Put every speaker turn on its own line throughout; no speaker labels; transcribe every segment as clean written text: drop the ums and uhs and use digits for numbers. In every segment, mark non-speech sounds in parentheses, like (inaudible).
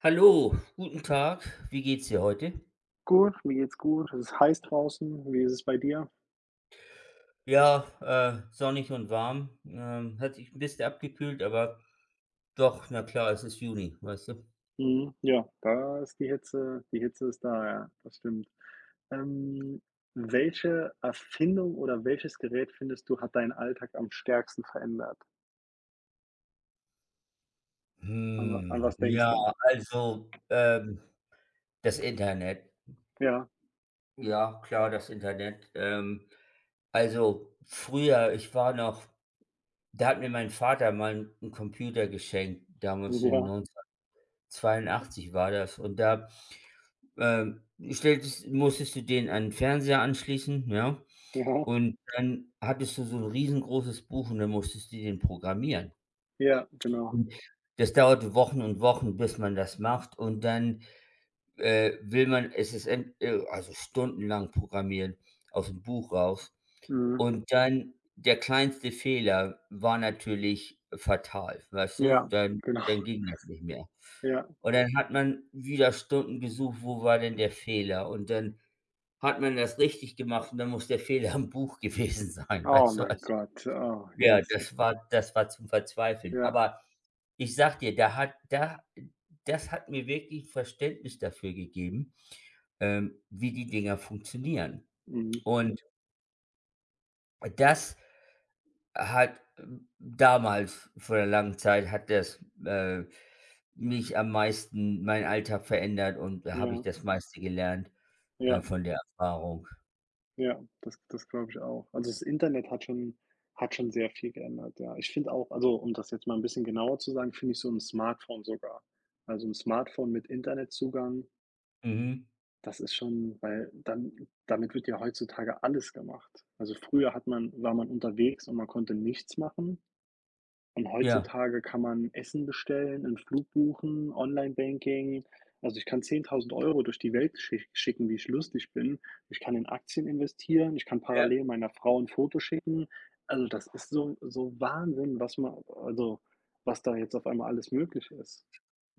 Hallo, guten Tag. Wie geht's dir heute?
Gut, mir geht's gut. Es ist heiß draußen. Wie ist es bei dir?
Ja, sonnig und warm. Hat sich ein bisschen abgekühlt, aber doch, na klar, es ist Juni, weißt du?
Mhm, ja, da ist die Hitze ist da, ja, das stimmt. Ähm, welche Erfindung oder welches Gerät findest du, hat deinen Alltag am stärksten verändert? An wa an
Hm,
was denkst
ja,
du?
also, ähm, das Internet.
Ja,
Ja, klar, das Internet. Früher, ich war noch da hat mir mein Vater mal einen Computer geschenkt, damals in
ja,
1982 war das. Und da, ähm, stelltest musstest du den an den Fernseher anschließen, ja?
ja,
Und dann hattest du so 'n riesengroßes Buch und dann musstest du den programmieren.
ja, genau.
Und das dauerte Wochen und Wochen, bis man das macht und dann, will man es ist en also stundenlang programmieren aus'm Buch raus.
Mhm,
Und dann der kleinste Fehler war natürlich fatal, weißt du?
ja,
Dann
genau,
dann ging das nicht mehr.
ja.
Und dann hat man wieder Stunden gesucht, wo war denn der Fehler? Und dann hat man das richtig gemacht und dann muss der Fehler im Buch (laughs) gewesen sein,
Oh
weißt du?
mein
Also,
Gott, oh,
ja,
yes, es
das war zum Verzweifeln.
ja,
Aber ich sage dir, da hat da das hat mir wirklich Verständnis dafür gegeben, wie die Dinger funktionieren.
mhm,
Und das hat damals vor der langen Zeit hat das, äh, mich am meisten meinen Alltag verändert und da habe ich
ja,
das meiste gelernt,
ja.
von der Erfahrung.
Ja, das glaube ich auch. Also, das Internet hat schon sehr viel geändert, ja. Ich finde auch, also, um das jetzt mal ein bisschen genauer zu sagen, finde ich so ein Smartphone sogar. Also, ein Smartphone mit Internetzugang,
Mhm.
das ist schon, weil dann damit wird ja heutzutage alles gemacht. Also, früher hat man war man unterwegs und man konnte nichts machen, und
Ja.
heutzutage kann man Essen bestellen, einen Flug buchen, Online-Banking. Also, ich kann 10.000 € durch die Welt schich schicken, wie ich lustig bin. Ich kann in Aktien investieren, ich kann parallel meiner Frau ein Foto schicken. Also, das ist so Wahnsinn, was man, also, was da jetzt auf einmal alles möglich ist.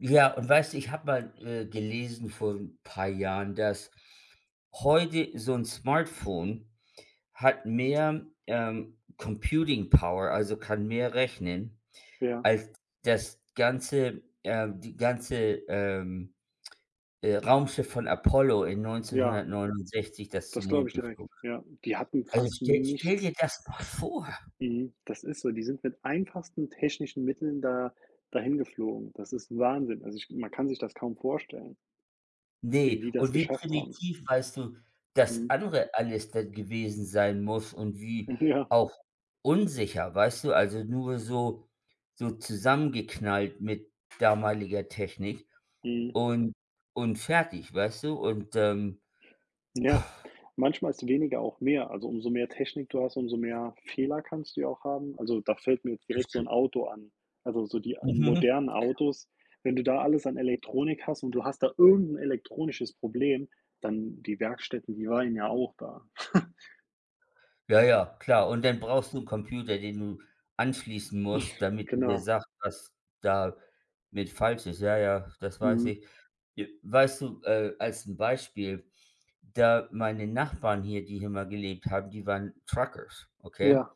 Ja, und weißt du, ich habe mal, gelesen vor ein paar Jahren, dass heute so ein Smartphone hat mehr, Computing Power, also kann mehr rechnen,
Ja,
als das ganze die ganze, Raumschiff von Apollo in
ja,
1969, das
das
zum
glaube
Mond
ich direkt.
geflogen ist.
Ja, die hatten
Also
fast
stell
nichts.
dir das mal vor.
Mhm, das ist so. Die sind mit einfachsten technischen Mitteln da dahin geflogen. Das ist Wahnsinn. Also, ich man kann sich das kaum vorstellen. Wie
Ne,
die das
und wie
geschafft haben.
primitiv, weißt du,
Mhm.
das andere alles dann gewesen sein muss und wie
(laughs) Ja,
auch unsicher, weißt du? Also, nur so zusammengeknallt mit damaliger Technik
mhm.
und fertig, weißt du? Und,
Ja. Manchmal ist weniger auch mehr. Also, umso mehr Technik du hast, umso mehr Fehler kannst du ja auch haben. Also, da fällt mir jetzt
das
direkt so ein Auto an. Also, so die
stimmt.
modernen Autos, wenn du da alles an Elektronik hast und du hast da irgendein elektronisches Problem, dann die Werkstätten, die waren ja auch da.
Ja, ja, klar. Und dann brauchst du 'n Computer, den du anschließen musst, damit er dir
Genau.
sagt, was da mit falsch ist. Ja, ja, das weiß
Mhm.
ich. J weißt du, als 'n Beispiel, da meine Nachbarn hier, die hier mal gelebt haben, die waren Truckers, okay?
Ja,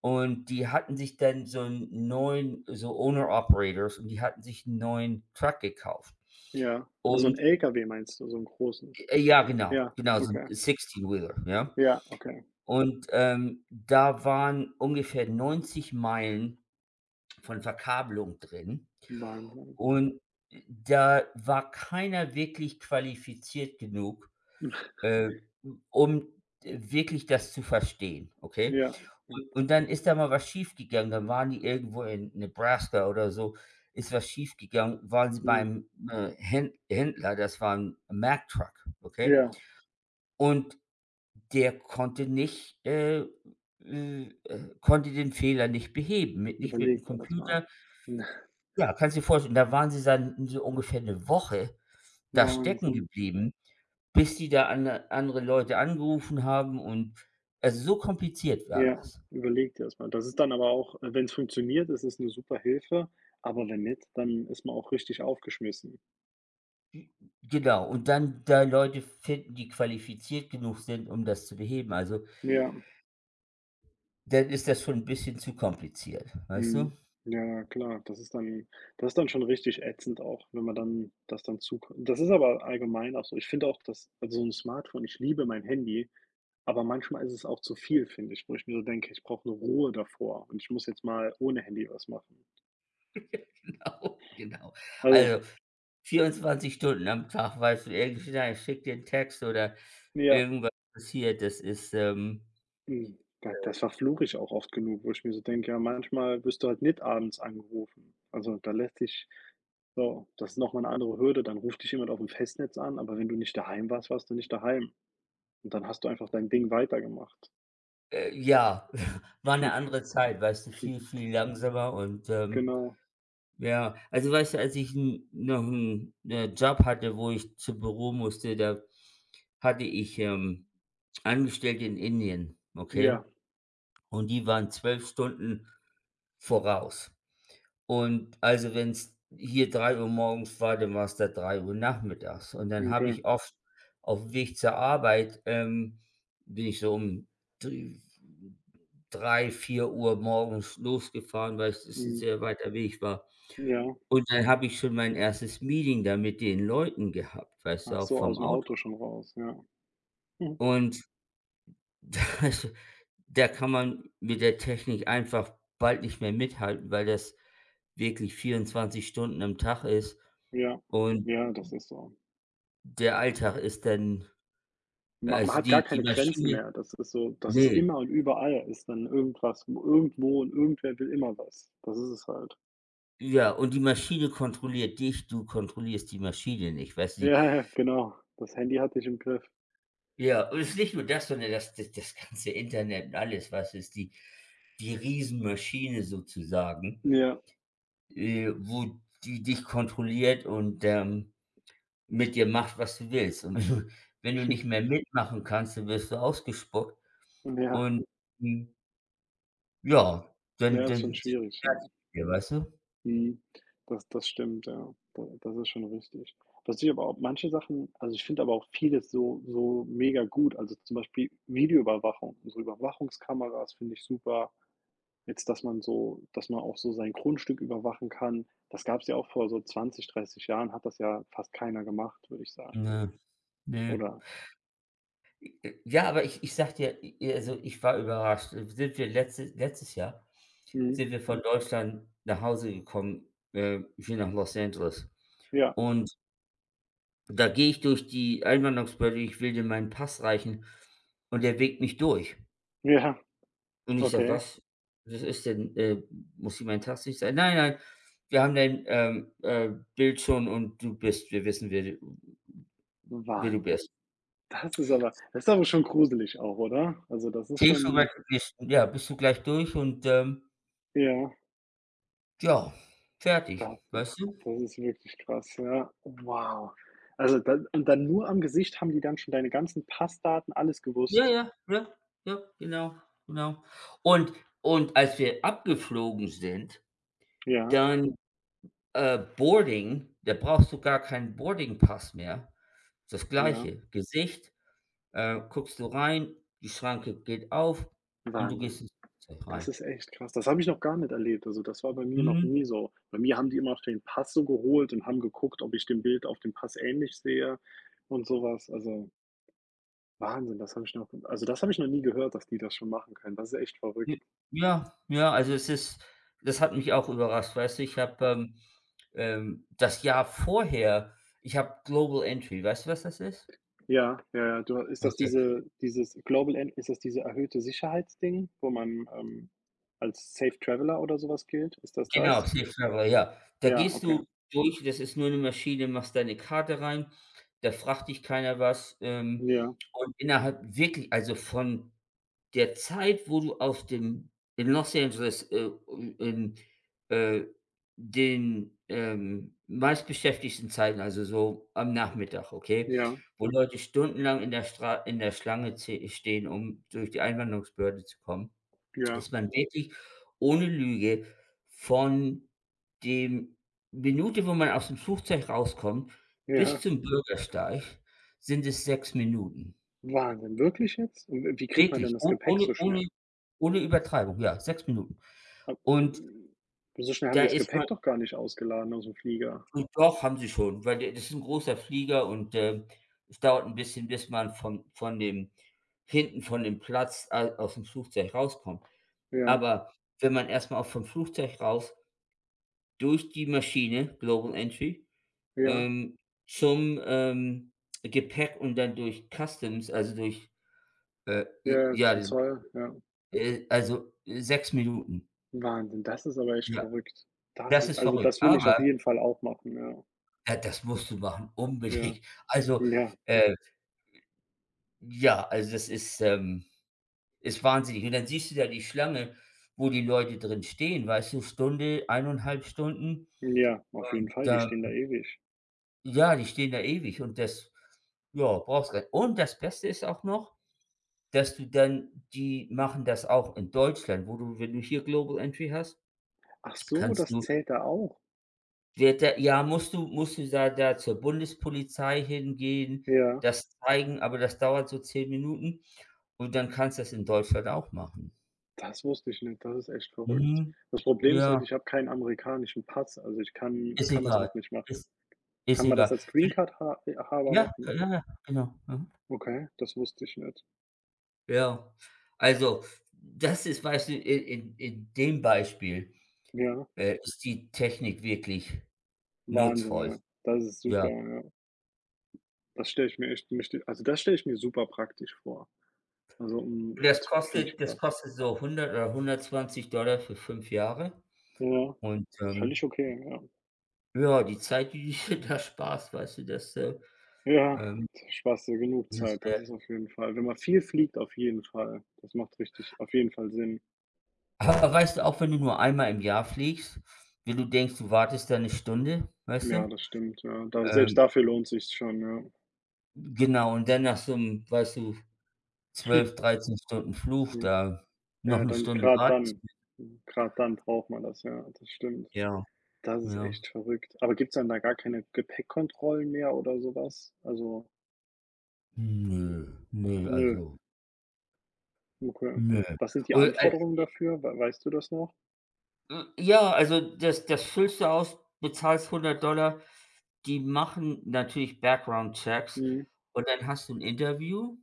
Und die hatten sich dann so 'n neuen so Owner-Operators und die hatten sich 'n neuen Truck gekauft.
ja. Also, 'n
Und
LKW meinst du, so 'n großen?
ja, genau,
Ja,
genau, so 'n
okay.
Sixteen-Wheeler, ja?
Ja, okay.
Und, da waren ungefähr 90 Meilen von Verkabelung drin
Wahnsinn.
und da war keiner wirklich qualifiziert genug,
(laughs)
äh, um wirklich das zu verstehen, okay?
Ja. Mhm.
Und dann ist da mal was schiefgegangen, dann waren die irgendwo in Nebraska oder so, ist was schiefgegangen, waren sie
Mhm.
beim, Händler, das war ein Mack Truck, okay?
Ja.
Und der konnte nicht, konnte den Fehler nicht beheben, mit nicht mit'm
Überleg dir das mal.
Computer.
(laughs)
Ja, kannst dir vorstellen, da waren sie dann so ungefähr eine Woche da stecken
Wahnsinn.
geblieben, bis die da ane andere Leute angerufen haben und also, so kompliziert war
Ja,
das.
überleg dir das mal. Das ist dann aber auch, wenn es funktioniert, ist es 'ne super Hilfe, aber wenn nicht, dann ist man auch richtig aufgeschmissen.
Genau, und dann da Leute finden, die qualifiziert genug sind, um das zu beheben. Also,
Ja,
dann ist das schon ein bisschen zu kompliziert, weißt du?
mhm. Ja, ja, klar. Das ist dann schon richtig ätzend auch, wenn man dann das dann zu das ist aber allgemein auch so. Ich finde auch, dass, also, so ein Smartphone, ich liebe mein Handy, aber manchmal ist es auch zu viel, finde ich, wo ich mir so denke: „Ich brauche eine Ruhe davor und ich muss jetzt mal ohne Handy was machen.“
(laughs) Genau, genau.
Also,
Also, 24 Stunden am Tag, weißt du, irgendeiner schickt dir 'n Text oder
ja.
irgendwas passiert. Das ist,
Mhm. Da das verfluche ich auch oft genug, wo ich mir so denke: „Ja, manchmal wirst du halt nicht abends angerufen.“ Also, da lässt sich, so, das ist noch mal 'ne andere Hürde. Dann ruft dich jemand auf dem Festnetz an, aber wenn du nicht daheim warst, warst du nicht daheim. Und dann hast du einfach dein Ding weitergemacht.
ja, (laughs) war eine
(laughs)
andere Zeit, weißt du, viel, viel langsamer und,
Genau.
ja. Also, weißt du, als ich 'n noch einen Job hatte, wo ich zu Büro musste, da hatte ich, Angestellte in Indien, okay?
Ja,
Und die waren 12 Stunden voraus. Und also, wenn es hier 3 Uhr morgens war, dann war es da 3 Uhr nachmittags. Und dann habe
okay.
ich oft auf'm Weg zur Arbeit, bin ich so um dr 3, 4 Uhr morgens losgefahren, weil es ist 'n
Mhm.
sehr weiter Weg war.
Ja.
Und dann habe ich schon mein erstes Meeting da mit den Leuten gehabt, weißt du,
Ach
auch
so, aus
vom
dem
Auto.
Auto schon raus, ja. Mhm.
Und (laughs) das da kann man mit der Technik einfach bald nicht mehr mithalten, weil das wirklich 24 Stunden am Tag ist.
Ja.
Und
Ja, das ist so.
der Alltag ist dann
Ma man
also,
hat gar
die die
keine Grenzen
Maschine,
mehr. Das ist so, das ist
ne,
immer und überall ist dann irgendwas, irgendwo, und irgendwer will immer was. Das ist es halt.
ja, und die Maschine kontrolliert dich, du kontrollierst die Maschine nicht, weißt du? Die,
Ja, ja, ja, genau. Das Handy hat dich im Griff.
ja, und es ist nicht nur das, sondern das das das ganze Internet und alles, was ist, die die Riesenmaschine sozusagen,
Ja,
wo die dich kontrolliert und, mit dir macht, was du willst. Und wenn du nicht mehr mitmachen kannst, dann wirst du ausgespuckt
ja,
und, hm, ja,
ja, ist
dann
schon
sind die
schwierig, ja.
fertig mit dir, weißt du?
Mhm. Das stimmt, ja. Da das ist schon richtig. Was ich aber auch, manche Sachen, also, ich finde aber auch vieles so mega gut. Also, zum Beispiel Videoüberwachung. So Überwachungskameras finde ich super. Jetzt, dass man so, dass man auch so sein Grundstück überwachen kann, das gab's ja auch vor so 20, 30 Jahren hat das ja fast keiner gemacht, würde ich sagen,
Ja. Ne.
oder?
Ja, aber ich sage dir, i also, ich war überrascht. Sind wir letztes Jahr
Mhm.
sind wir von Deutschland nach Hause gekommen, hier nach Los Angeles.
Ja,
Und da gehe ich durch die Einwanderungsbehörde, ich will dir meinen Pass reichen und der winkt mich durch.
ja,
Und ich sage:
okay.
„Was was ist denn, muss ich meinen Pass nicht sein? „Nein, nein, wir haben dein, Bild schon und du bist, wir wissen, wer du
Wahnsinn.
bist.“
Das ist aber schon gruselig auch, oder? Also, das ist
Zählst du
schon,
gleich bist, ja, bist du gleich durch und,
ja,
ja, fertig,
das
weißt
ist
du?
wirklich krass, ja. Wow. Also, dann, und dann nur am Gesicht haben die dann schon deine ganzen Passdaten, alles
Ja,
gewusst.
ja, ja, ja, genau, genau. Und und als wir abgeflogen sind,
Ja,
dann, Boarding, da brauchst du gar keinen Boardingpass mehr. Das
ja,
Gleiche. Gesicht, guckst du rein, die Schranke geht auf und du
Wahnsinn.
gehst ins Flugzeug
Das
rein.
ist echt krass. Das habe ich noch gar nicht erlebt. Also, das war bei mir noch
Mhm.
nie so. Bei mir haben die immer auf den Pass so geholt und haben geguckt, ob ich dem Bild auf dem Pass ähnlich sehe, und sowas. Also, Wahnsinn, das habe ich noch, also, das habe ich noch nie gehört, dass die das schon machen können. Das ist echt verrückt.
J ja, ja, also es ist, das hat mich auch überrascht, weißt du? Ich habe, das Jahr vorher ich habe Global Entry, weißt du, was das ist?
Ja, ja, ja. Du, ist das,
Okay,
diese dieses Global En ist das diese erhöhte Sicherheitsding, wo man, als Safe Traveler oder sowas gilt? Ist das
genau,
das?
Safe Traveler, ja. Da
Ja,
gehst
okay.
du durch, das ist nur 'ne Maschine, machst deine Karte rein, da fragt dich keiner was,
Ja,
und innerhalb wirklich, also von der Zeit, wo du auf dem in Los Angeles, um in, äh, den, meistbeschäftigten Zeiten, also so am Nachmittag, okay,
ja,
wo Leute stundenlang in der Schlange ze stehen, um durch die Einwanderungsbehörde zu kommen,
ja,
ist man wirklich ohne Lüge von dem Minute, wo man aus dem Flugzeug rauskommt, bis
ja.
zum Bürgersteig, sind es 6 Minuten.
Wahnsinn, wirklich jetzt? Und wie kriegt man denn
Wirklich,
das
oh,
Gepäck so schnell?
ohne Übertreibung, ja, 6 Minuten.
Ab
Und
hm, so schnell haben die
da
das
ist man,
Gepäck doch gar nicht ausgeladen ausm Flieger.
und doch, haben sie schon, weil der, das ist 'n großer Flieger und, es dauert 'n bisschen, bis man von dem hinten von dem Platz a aus dem Flugzeug rauskommt.
Ja,
Aber wenn man erst mal auch vom Flugzeug raus durch die Maschine, Global Entry,
ja,
ähm, zum, Gepäck und dann durch Customs, also durch,
ja,
i
ja, das ist den
ja,
Zoll, ja.
also 6 Minuten.
Wahnsinn, das ist aber echt
Ja.
verrückt. Das
Das
i,
ist
also,
verrückt,
das will ich
aber
auf jeden Fall auch machen, ja.
da das musst du machen, (laughs)
Ja,
unbedingt. Also,
ja,
äh, ja, also das ist, ist wahnsinnig. Und dann siehst du da die Schlange, wo die Leute drin stehen, weißt du, Stunde, 1,5 Stunden,
ja, auf jeden
und
Fall, die
dann,
stehen da ewig.
ja, die stehen da ewig und das, ja, brauchst du. Und das Beste ist auch noch, dass du dann, die machen das auch in Deutschland, wo du wenn du hier Global Entry hast,
Ach so,
kannst
das
du,
zählt da auch?
wird der, ja, musst du da zur Bundespolizei hingehen,
Ja,
das zeigen, aber das dauert so 10 Minuten und dann kannst du das in Deutschland auch machen.
das wusste ich nicht, das ist echt verrückt.
Mhm.
Das Problem ist halt,
Ja,
ich habe keinen amerikanischen Pass, also ich
ist
kann das
egal.
noch nicht machen.
Ist ist
Kann man das
egal.
als Green
Wenn,
Card ha Haber
ja,
machen?
ja, ja, genau. Mhm.
Okay, das wusste ich nicht.
Ja. Also, das ist, weißt du, in dem Beispiel,
Ja.
ist die Technik wirklich
Wahnsinn,
nutzvoll.
ja. Das ist super,
Ja.
ja. Das stelle ich mir echt mächtig, also, das stelle ich mir super praktisch vor. Also,
Und
hm, finde ich
das
krass.
kostet so 100 oder 120 Dollar für 5 Jahre
Ja,
und,
völlig okay, ja.
ja, die Zeit, die du dir (laughs) da sparst, weißt du, das,
Ja,
ähm,
da sparst dir genug
das, ist,
Zeit, das ist auf jeden Fall, wenn man viel fliegt, auf jeden Fall. Das macht richtig auf jeden Fall Sinn.
aber weißt du, auch wenn du nur einmal im Jahr fliegst, wenn du denkst, du wartest da eine Stunde, weißt
Ja,
du?
das stimmt, ja. Da selbst
Ähm,
dafür lohnt sich's schon, ja.
genau, und dann nach so 'm, weißt du, 12
(laughs)
13 Stunden Flug
Hm,
da
ja.
noch
Ja,
eine
dann
Stunde
gerade
warten,
dann, gerade dann braucht man das, ja, das stimmt.
ja,
Das ist
ja.
echt verrückt. Aber gibt's dann da gar keine Gepäckkontrollen mehr oder sowas? Also,
Ne, ne,
nö,
also,
okay.
ne.
Was sind die
Und,
Anforderungen dafür? Weißt du das noch?
hm, ja, also das füllst du aus, bezahlst 100. Die machen natürlich Background-Checks
Mhm.
und dann hast du ein Interview,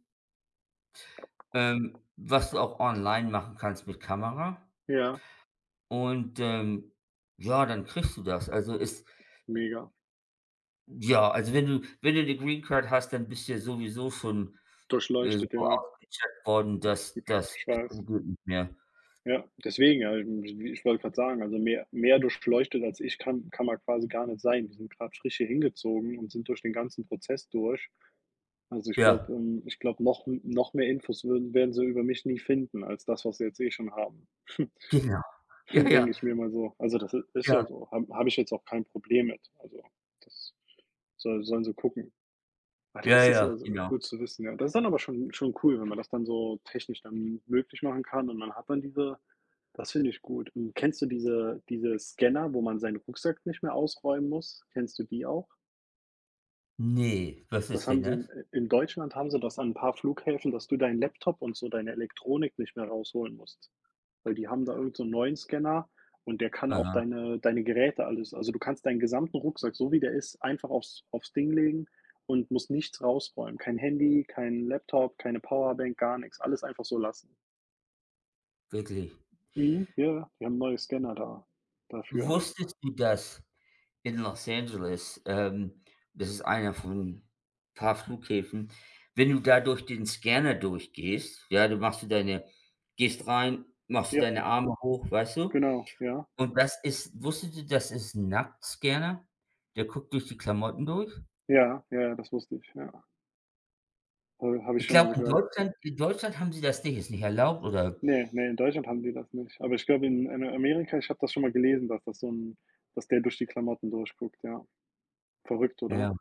was du auch online machen kannst mit Kamera
Ja,
und, ja, dann kriegst du das. Also, ist,
mega.
ja, also wenn du 'ne Green Card hast, dann bist du ja sowieso schon, so
Durchleuchtet, ja.
ausgecheckt worden,
Ich
dass das
ich
geht
weiß.
nicht mehr.
Ja, deswegen, ja, ich wollte gerade sagen, also mehr durchleuchtet als ich kann man quasi gar nicht sein. Wir sind gerade frisch hier hingezogen und sind durch den ganzen Prozess durch. Also, ich glaube,
Ja,
ich glaube, noch mehr Infos würden werden sie über mich nie finden als das, was sie jetzt eh schon haben. (laughs)
genau. (laughs) Ja,
Denke
ja,
ich mir mal so. Also, das i, ist ja
ja,
so. Habe ich jetzt auch kein Problem mit. Also, das sollen sie gucken. Ah,
ja,
das ist ja
ja,
so
genau.
gut zu wissen, ja. Das ist dann aber schon, cool, wenn man das dann so technisch dann möglich machen kann und man hat dann diese, das finde ich gut. Und kennst du diese Scanner, wo man seinen Rucksack nicht mehr ausräumen muss? Kennst du die auch?
Nee, was
Das
ist
haben
denn
sie in,
das?
Deutschland haben sie das an ein paar Flughäfen, dass du deinen Laptop und so deine Elektronik nicht mehr rausholen musst, weil die haben da irgend so einen neuen Scanner, und der kann auch
Aha,
deine Geräte, alles, also, du kannst deinen gesamten Rucksack, so wie der ist, einfach aufs Ding legen und musst nichts rausräumen. Kein Handy, kein Laptop, keine Powerbank, gar nichts, alles einfach so lassen.
wirklich.
Mhm, ja, ja, die haben neue Scanner da dafür.
Wusstest du, dass in Los Angeles, das ist einer von paar Flughäfen, wenn du da durch den Scanner durchgehst, ja, du machst du deine gehst rein, machst du
Ja,
deine Arme hoch, weißt du?
genau, ja.
Und das ist, wusstest du, das ist 'n Nacktscanner? Der guckt durch die Klamotten durch.
Ja, ja, ja, das wusste ich, ja. Habe ich
Ich
schon mal
glaube,
gehört.
In Deutschland haben sie das nicht, ist nicht erlaubt oder,
Nee, nee, in Deutschland haben die das nicht. Aber ich glaube, in, Amerika, ich habe das schon mal gelesen, dass das so 'n, dass der durch die Klamotten durchguckt, ja. Verrückt, oder?
ja,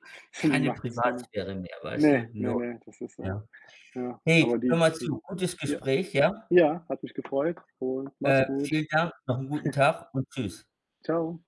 (laughs) So
keine
Nacktscanner.
Privatsphäre mehr, weißt du?
Ne, ne,
Null,
ne, das ist so.
ja.
Ja,
Hey,
aber
hör
die
mal
die
zu, gutes
ja,
Gespräch, ja?
ja, hat mich gefreut und mach's gut.
Vielen Dank, noch 'n guten
(laughs)
Tag und tschüss.
Ciao.